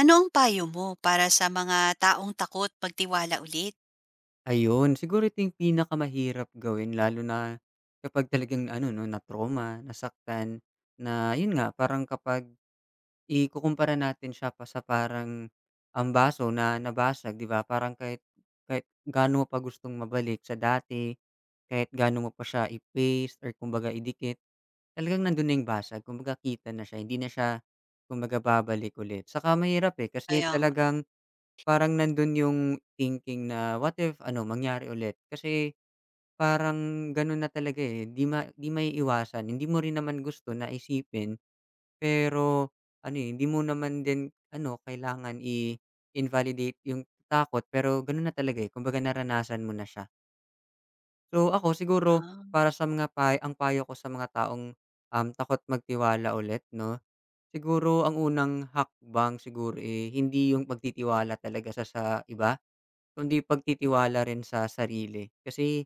Ano ang payo mo para sa mga taong takot magtiwala ulit? Ayun, siguro ito yung pinakamahirap gawin lalo na kapag talagang ano 'no, na-trauma, nasaktan na yun nga, parang kapag ikukumpara natin siya pa sa parang, baso na nabasag 'di ba, parang kahit kahit gaano mo pa gustong mabalik sa dati, kahit gaano mo pa siya i-paste or kumbaga idikit, talagang nandun na yung basag kumbaga kita na siya, hindi na siya kumbaga babalik ulit. Saka mahirap, eh, kasi Kaya nga, talagang parang nandun yung thinking na what if ano, mangyari ulit? Kasi parang ganun na talaga, eh, di maiiwasan. Hindi mo rin naman gusto na isipin, pero ano, eh, hindi mo naman din ano, kailangan i-invalidate yung takot, pero ganun na talaga, eh, kumbaga naranasan mo na siya. So, ako siguro ah, para sa mga pa ang payo ko sa mga taong, takot magtiwala ulit 'no, siguro ang unang hakbang siguro, eh, hindi yung pagtitiwala talaga sa iba. Kundi pagtitiwala rin sa sarili. Kasi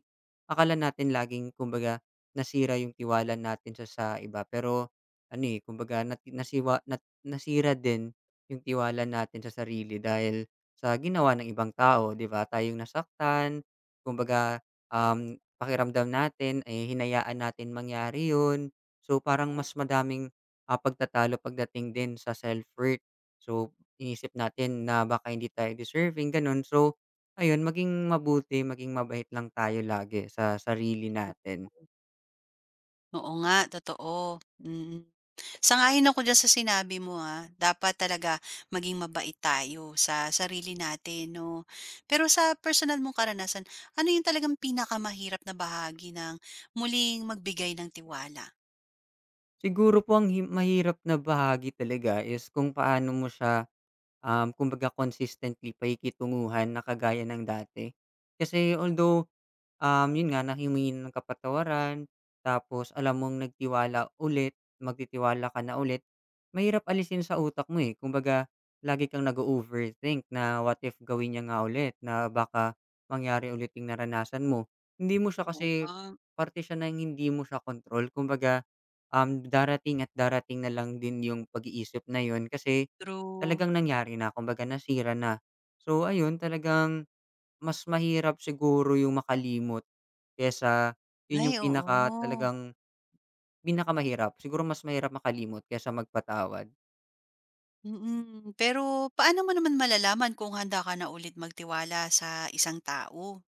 akala natin laging kumbaga nasira yung tiwala natin sa iba, pero ano, eh, kumbaga nati nasiwa nat nasira din yung tiwala natin sa sarili dahil sa ginawa ng ibang tao, 'di ba? Tayong nasaktan, kumbaga, pakiramdam natin, eh, hinayaan natin mangyari yun. So, parang mas oo. madaming, pagtatalo pagdating din sa self-worth. So, inisip natin na baka hindi tayo deserving, gano'n. So ayun, maging mabuti, maging mabait lang tayo lagi sa sarili natin. Oo nga, totoo, mm. Sang-ayon ako diyan sa sinabi mo, dapat talaga maging mabait tayo sa sarili natin 'no. Pero sa personal mong karanasan, ano yung talagang pinakamahirap na bahagi ng muling magbigay ng tiwala? Siguro po ang mahirap na bahagi talaga is kung paano mo siya, kumbaga consistently pakikitunguhan na kagaya ng dati. Kasi although yun nga na humingi ng kapatawaran, tapos alam mong nagtiwala ulit, magtitiwala ka na ulit, mahirap alisin sa utak mo, eh. Kumbaga lagi kang nag overthink na what if gawin niya nga ulit, na baka mangyari ulit yung naranasan mo. Hindi mo siya Oo kasi nga, parte siya ng hindi mo siya kontrol kumbaga, darating at darating na lang din yung pag-iisip na yun kasi true. talagang nangyari na kumbaga nasira na. So ayun talagang mas mahirap siguro yung makalimot kaysa yun Ay, yung pinaka oo. talagang pinakamahirap. Siguro mas mahirap makalimot kaysa magpatawad. Mm, pero paano mo naman malalaman kung handa ka na ulit magtiwala sa isang tao?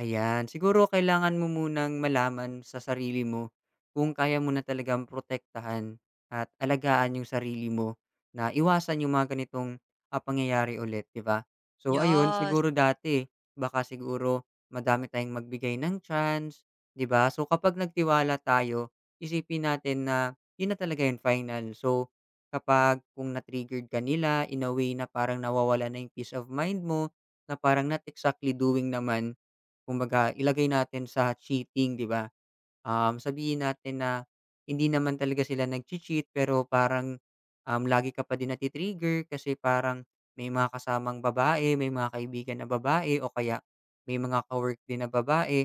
Ayan, siguro kailangan mo munang malaman sa sarili mo kung kaya mo na talagang protektahan at alagaan yung sarili mo na iwasan yung mga ganitong, pangyayari ulit, 'di ba? So ayun, Yes, siguro dati baka siguro madami tayong magbigay ng chance, 'di ba? So kapag nagtiwala tayo, isipin natin na yun na talaga yung final. So kapag kung na-triggered ka nila in a way na parang nawawala na yung peace of mind mo, na parang not exactly doing naman kumbaga ilagay natin sa cheating, 'di ba? Sabihin natin na hindi naman talaga sila nagche-cheat pero parang, lagi ka pa din kasi parang may mga kasamang babae, may mga kaibigan na babae o kaya may mga din na babae.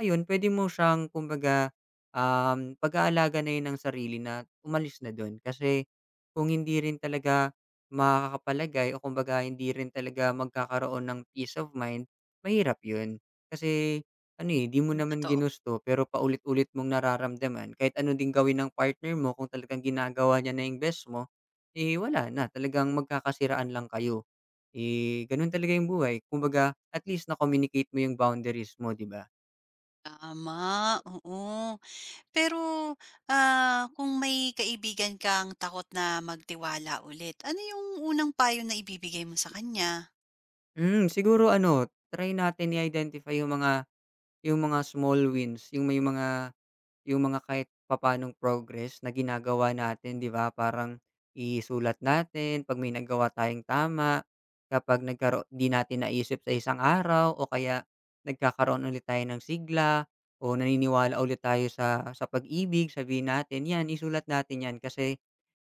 Ayun, puwede mo siyang kumbaga, pag-aalaga na 'yun ng sarili na umalis na do'n. Kasi kung hindi rin talaga makakapalagay o kumbaga hindi rin talaga magkakaroon ng peace of mind, mahirap 'yun. Kasi ano, eh, di mo hmm, naman totoo. ginusto pero paulit-ulit mong nararamdaman kahit ano din gawin ng partner mo kung talagang ginagawa niya na yung best mo, eh, wala na talagang magkakasiraan lang kayo. Eh, ganun talaga yung buhay kumbaga at least na-communicate mo yung boundaries mo, di ba? Tama, oo. Pero, kung may kaibigan kang takot na magtiwala ulit, ano yung unang payo na ibibigay mo sa kanya? Hmm, siguro ano, try natin i-identify yung mga small wins, yung mga kahit papanong progress na ginagawa natin, 'di ba? Parang isulat natin 'pag may nagawa tayong tama, kapag nagkaro 'di natin naisip sa isang araw o kaya nagkakaroon ulit tayo ng sigla o naniniwala ulit tayo sa pag-ibig, sabihin natin, "Yan, isulat natin 'yan." Kasi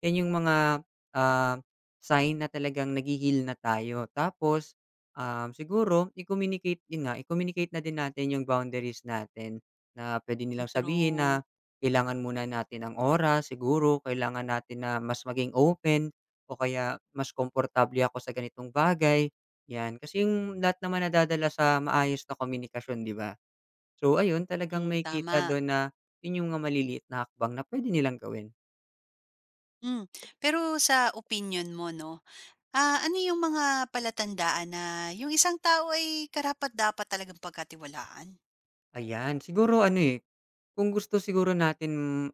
'yan yung mga, ah, sign na talagang naghi-heal na tayo. Tapos, siguro i-communicate yun nga, i-communicate na din natin yung boundaries natin. Na puwede nilang sabihin na True. kailangan muna natin ng oras siguro, kailangan natin na mas maging open o kaya mas komportable ako sa ganitong bagay, 'yan. Kasi yung lahat naman nadadala sa maayos na komunikasyon, 'di ba? So ayun, talagang Hmm, makikita tama. dun na yun yung mga maliliit na hakbang na puwede nilang gawin. Hmm, pero sa opinion mo 'no, ano yung mga palatandaan na yung isang tao ay karapat-dapat talagang pagkatiwalaan? Ayan, siguro ano, eh kung gusto siguro natin,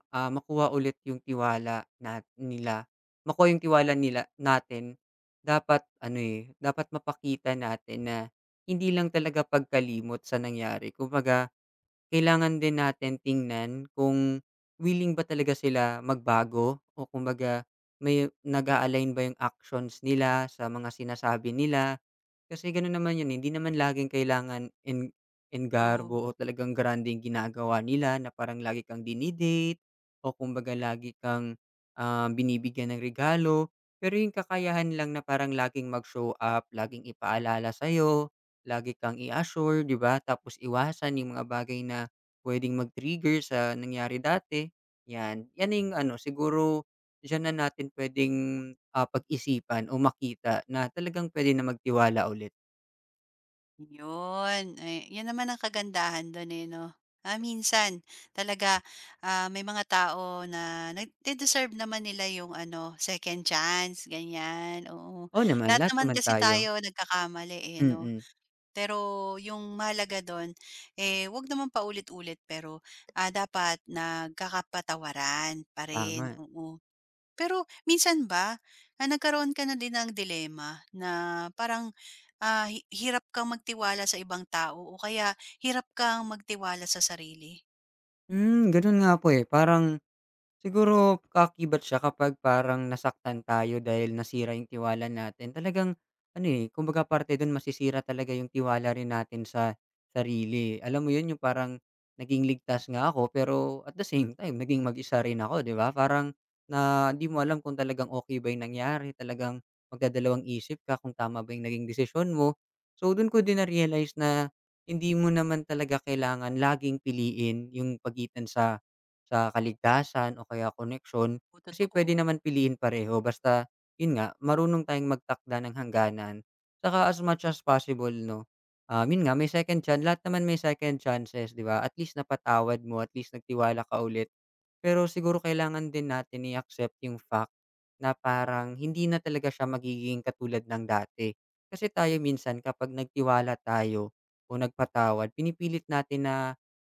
makuha ulit yung tiwala na nila, makuha yung tiwala nila natin, dapat ano, eh, dapat mapakita natin na hindi lang talaga pagkalimot sa nangyari. Kumbaga, kailangan din natin tingnan kung willing ba talaga sila magbago o kumbaga may nag align ba yung actions nila sa mga sinasabi nila. Kasi gano'n naman 'yun, eh, hindi naman laging kailangan en True. enggarbo o talagang grande yung ginagawa nila na parang lagi kang dini-date o kumbaga lagi kang, binibigyan ng regalo. Pero yung kakayahan lang na parang laging mag-show up, laging ipaalala sa'yo, lagi kang i-assure, 'di ba? Tapos iwasan yung mga bagay na puwedeng mag-trigger sa nangyari dati, 'yan. 'Yan na yung ano, siguro diyan na natin puwedeng, pag-isipan o makita na talagang puwede na magtiwala ulit. Yun, eh, yun naman ang kagandahan dun, eh, 'no? Ah, minsan talaga, may mga tao na nade-deserve naman nila yung ano, second chance, ganyan, oo. Oo naman, Lahat lahat naman naman kasi tayo. tayo nagkakamali, eh, 'no? Mm, Pero yung mahalaga dun, eh, wag naman paulit-ulit pero, dapat nagkakapatawaran pa rin, tama. oo. Pero minsan ba, nagkaroon ka na din ng dilema na parang Ah, hi hirap kang magtiwala sa ibang tao o kaya hirap kang magtiwala sa sarili. Hmm, gano'n nga po, eh, parang siguro kaakibat siya kapag parang nasaktan tayo dahil nasira yung tiwala natin. Talagang ano, eh, kumbaga parte dun masisira talaga yung tiwala rin natin sa sarili. Alam mo yun, yung parang naging ligtas nga ako pero at the same time naging mag-isa rin ako, 'di ba? Parang na di mo alam kung talagang okay ba yung nangyari, talagang magdadalawang isip ka kung tama ba yung naging desisyon mo. So dun ko din na-realize na hindi mo naman talaga kailangan laging piliin yung pagitan sa kaligtasan o kaya koneksyon, Oo, kasi pwede totoo. naman piliin pareho basta, yun nga, marunong tayong magtakda ng hangganan. Tsaka as much as possible 'no, yun nga, may second chance lahat naman may second chances, 'di ba? At least napatawad mo, at least nagtiwala ka ulit. Pero siguro kailangan din natin i-accept yung fact na parang hindi na talaga siya magiging katulad ng dati. Kasi tayo minsan kapag nagtiwala tayo o nagpatawad, pinipilit natin na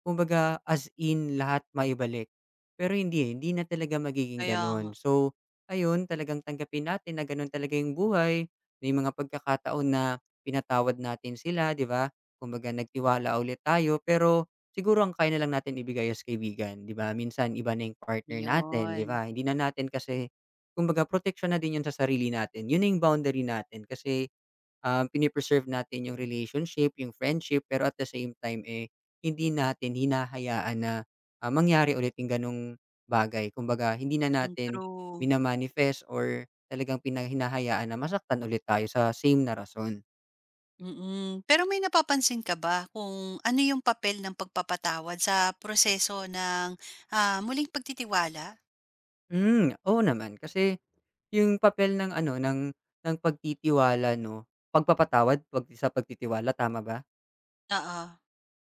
kumbaga as in lahat maibalik. Pero hindi eh, hindi na talaga magiging Kaya nga. ganun. So, ayun, talagang tanggapin natin na ganun talaga yung buhay. May mga pagkakataon na pinatawad natin sila, di ba? Kumbaga nagtiwala ulit tayo, pero siguro ang kaya na lang natin ibigay as kaibigan, 'di ba? Minsan iba na yung partner natin, 'di 'Yon. ba? Hindi na natin kasi kumbaga proteksyon na din yun sa sarili natin. Yun na yung boundary natin kasi, um, pini natin yung relationship, yung friendship, pero at the same time, eh, hindi natin hinahayaan na, mangyari ulit yung ganong bagay. Kumbaga hindi na Mm, natin true. mina-manifest or talagang pinahinahayaan na masaktan ulit tayo sa same na rason. Mm. Pero may napapansin ka ba kung ano yung papel ng pagpapatawad sa proseso ng, muling pagtitiwala? Hmm, oo naman kasi yung papel ng ano ng pagtitiwala 'no, pagpapatawad 'pag sa pagtitiwala tama ba? Oo.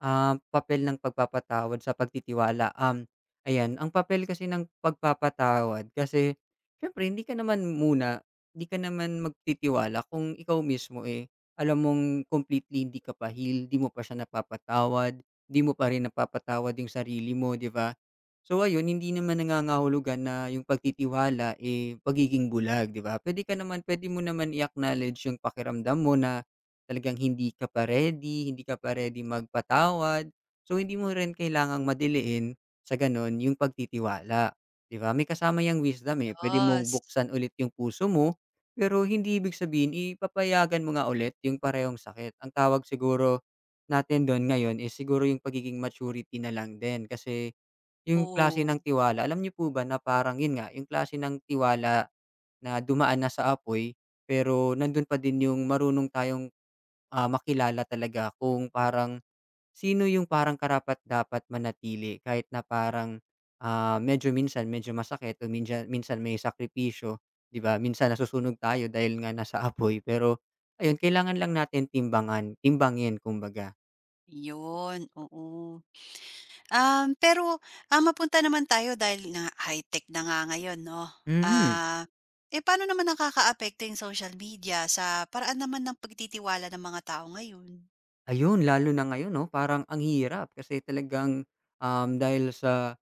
Papel ng pagpapatawad sa pagtitiwala, ayan, ang papel kasi ng pagpapatawad kasi siyempre hindi ka naman magtitiwala kung ikaw mismo, eh, alam mong completely hindi ka pa heal, di mo pa siya napapatawad, di mo pa rin napapatawad yung sarili mo, di ba? So, ayun, hindi naman nangangahulugan na yung pagtitiwala, eh, pagiging bulag, di ba? Puwede ka naman puwede mo naman i-acknowledge yung pakiramdam mo na talagang hindi ka pa ready magpatawad. So, hindi mo rin kailangang madiliin sa gano'n yung pagtitiwala, 'di ba? May kasama yung wisdom, eh. Pwede mong Yes. buksan ulit yung puso mo, pero hindi ibig sabihin ipapayagan mo nga ulit yung parehong sakit. Ang tawag siguro natin do'n ngayon is siguro yung pagiging maturity na lang din kasi yung klase ng Oo. tiwala alam niyo po ba na parang yun nga, yung klase ng tiwala na dumaan na sa apoy pero nandun pa din yung marunong tayong makilala talaga kung parang sino yung parang karapat-dapat manatili kahit na parang, medyo minsan medyo masakit o minsan minsan may sakripisyo, 'di ba? Minsan nasusunog tayo dahil nga nasa apoy pero ayun kailangan lang natin timbangin kumbaga. 'Yon, oo. Um, pero, mapunta naman tayo dahil na high-tech na nga ngayon 'no, Mm, ah, eh, paano naman nakakaapekto yung social media sa paraan naman ng pagtitiwala ng mga tao ngayon? ayun lalo na ngayon 'no, parang ang hirap kasi talagang, dahil sa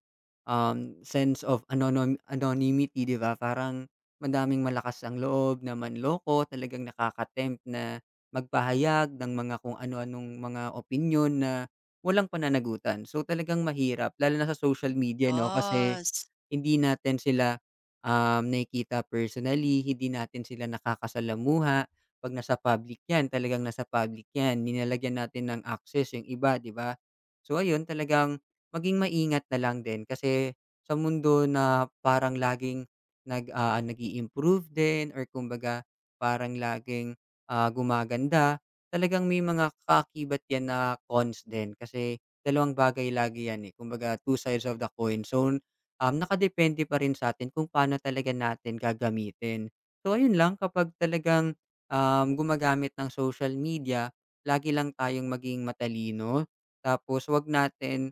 Sense of anonymity, 'di ba? Parang madaming malakas ang loob na manloko, talagang nakaka na magpahayag ng mga kung ano-anong mga opinyon na walang pananagutan. So, talagang mahirap lalo na sa social media 'no, kasi Yes, hindi natin sila, nakikita personally, hindi natin sila nakakasalamuha. 'Pag nasa public 'yan, talagang nasa public 'yan, nilalagyan natin ng access yung iba, 'di ba? So ayun, talagang maging maingat na lang din kasi sa mundo na parang laging nag-i-improve din or kumbaga parang laging, gumaganda, talagang may mga kaakibat 'yan na cons din kasi dalawang bagay lagi 'yan, eh, kumbaga two sides of the coin. So nakadepende pa rin sa'tin kung paano talaga natin gagamitin. So, ayun lang kapag talagang, gumagamit ng social media, lagi lang tayong maging matalino tapos huwag natin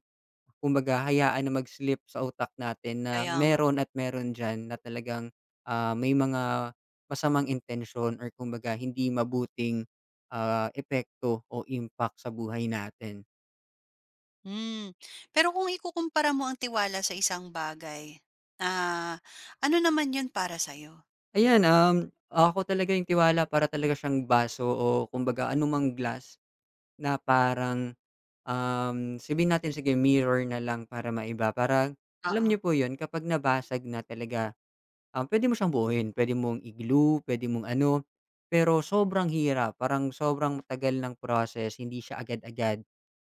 kumbaga hayaan na mag-slip sa utak natin na kaya nga. meron at meron diyan na talagang, may mga masamang intensyon or kumbaga hindi mabuting, epekto o impact sa buhay natin. Hmm, pero kung ikukumpara mo ang tiwala sa isang bagay, ah, ano naman yun para sa'yo? Ayan, ako talaga yung tiwala para talaga siyang baso o kumbaga anumang glass na parang, sabihin natin sige mirror na lang para maiba. Parang alam Oo, niyo po yun kapag nabasag na talaga. Puwede mo siyang buuin, puwede mong i-glue, puwede mong ano, pero sobrang hirap, parang sobrang tagal ng process, hindi siya agad-agad.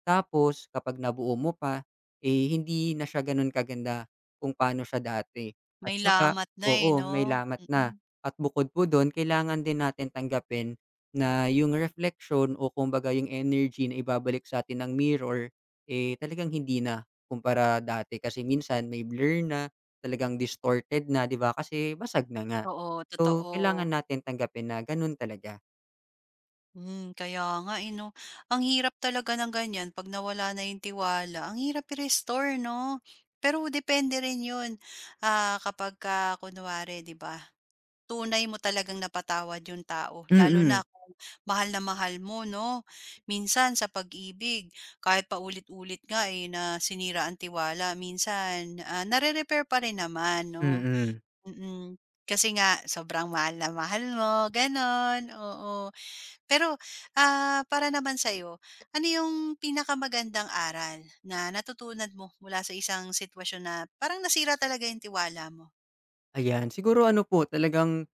Tapos kapag nabuo mo pa, eh, hindi na siya gano'n kaganda kung paano siya dati. At may saka lamat na, eh, oo, may 'no? lamat na. Mm, At bukod po do'n, kailangan din natin tanggapin na yung reflection o kumbaga yung energy na ibabalik sa sa'tin ng mirror, eh, talagang hindi na kumpara dati kasi minsan may blur na talagang distorted na, 'di ba, kasi basag na nga. oo, So, totoo. kailangan natin tanggapin na gano'n talaga. Hmm, kaya nga eh, 'no. Ang hirap talaga ng ganyan 'pag nawala na yung tiwala, ang hirap i-restore 'no? Pero depende rin yun, kapag kapagka kunwari 'di ba, tunay mo talagang napatawad yung tao Mm, lalo na mm. kung mahal na mahal mo 'no? Minsan sa pag-ibig kahit paulit-ulit nga eh, na sinira ang tiwala minsan, nare-repair pa rin naman 'no? Mm, Mm, kasi nga sobrang mahal na mahal mo, gano'n, oo. Pero, para naman sa'yo, ano yung pinakamagandang aral na natutunan mo mula sa isang sitwasyon na parang nasira talaga yung tiwala mo? ayan. Siguro ano po, talagang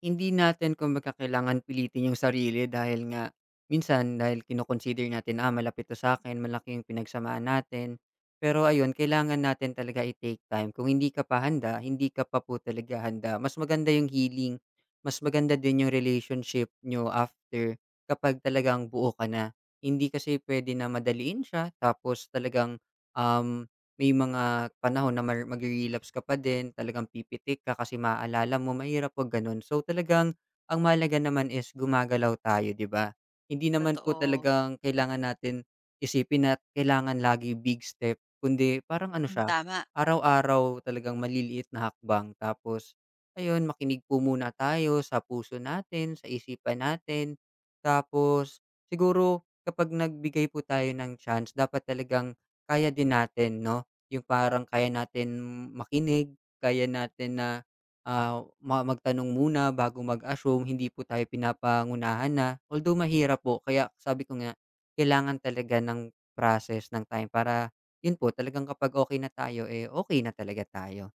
hindi natin kumbaga kailangan pilitin yung sarili dahil nga minsan dahil kinoconsider natin, malapit 'to sa akin malaki yung pinagsamahan natin. Pero ayun, kailangan natin talaga i-take time. Kung hindi ka pa handa, hindi ka pa po talaga handa. Mas maganda yung healing, mas maganda din yung relationship niyo after kapag talagang buo ka na. Hindi kasi puwede na madaliin siya tapos talagang, um may mga panahon na magre-relapse ka pa din, talagang pipitik ka kasi maaalala mo, mahirap 'pag gano'n. So, talagang ang mahalaga naman is gumagalaw tayo, 'di ba? Hindi naman po Totoo, talagang kailangan natin isipin na kailangan lagi big step, kundi parang ano hmm, siya, tama. araw-araw talagang maliliit na hakbang. Tapos ayun, makinig po muna tayo sa puso natin, sa isipan natin. Tapos siguro kapag nagbigay po tayo ng chance dapat talagang kaya din natin, 'no? Yung parang kaya natin makinig, kaya natin na, ah, ma magtanong muna bago mag-assume, hindi po tayo pinapangunahan na. Although mahirap po, kaya sabi ko nga, kailangan talaga ng process, ng time para yun po, talagang kapag okay na tayo, eh, okay na talaga tayo.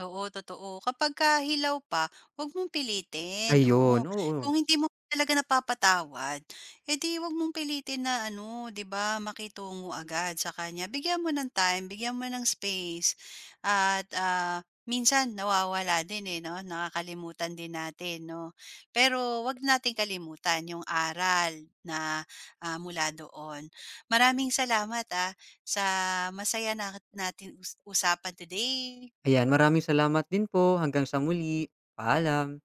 Oo, totoo. Kapagka hilaw pa, huwag mong pilitin, Ayun, oo. oo. Kung hindi mo talaga napapatawad, eh di huwag mong pilitin na ano, 'di ba, makitungo agad sa kanya. Bigyan mo ng time, bigyan mo ng space at, minsan nawawala din, eh, 'no, nakakalimutan din natin, 'no. Pero wag nating kalimutan yung aral na, mula doon. Maraming salamat, sa masaya na natin usapan today. Ayan, maraming salamat din po. Hanggang sa muli, paalam.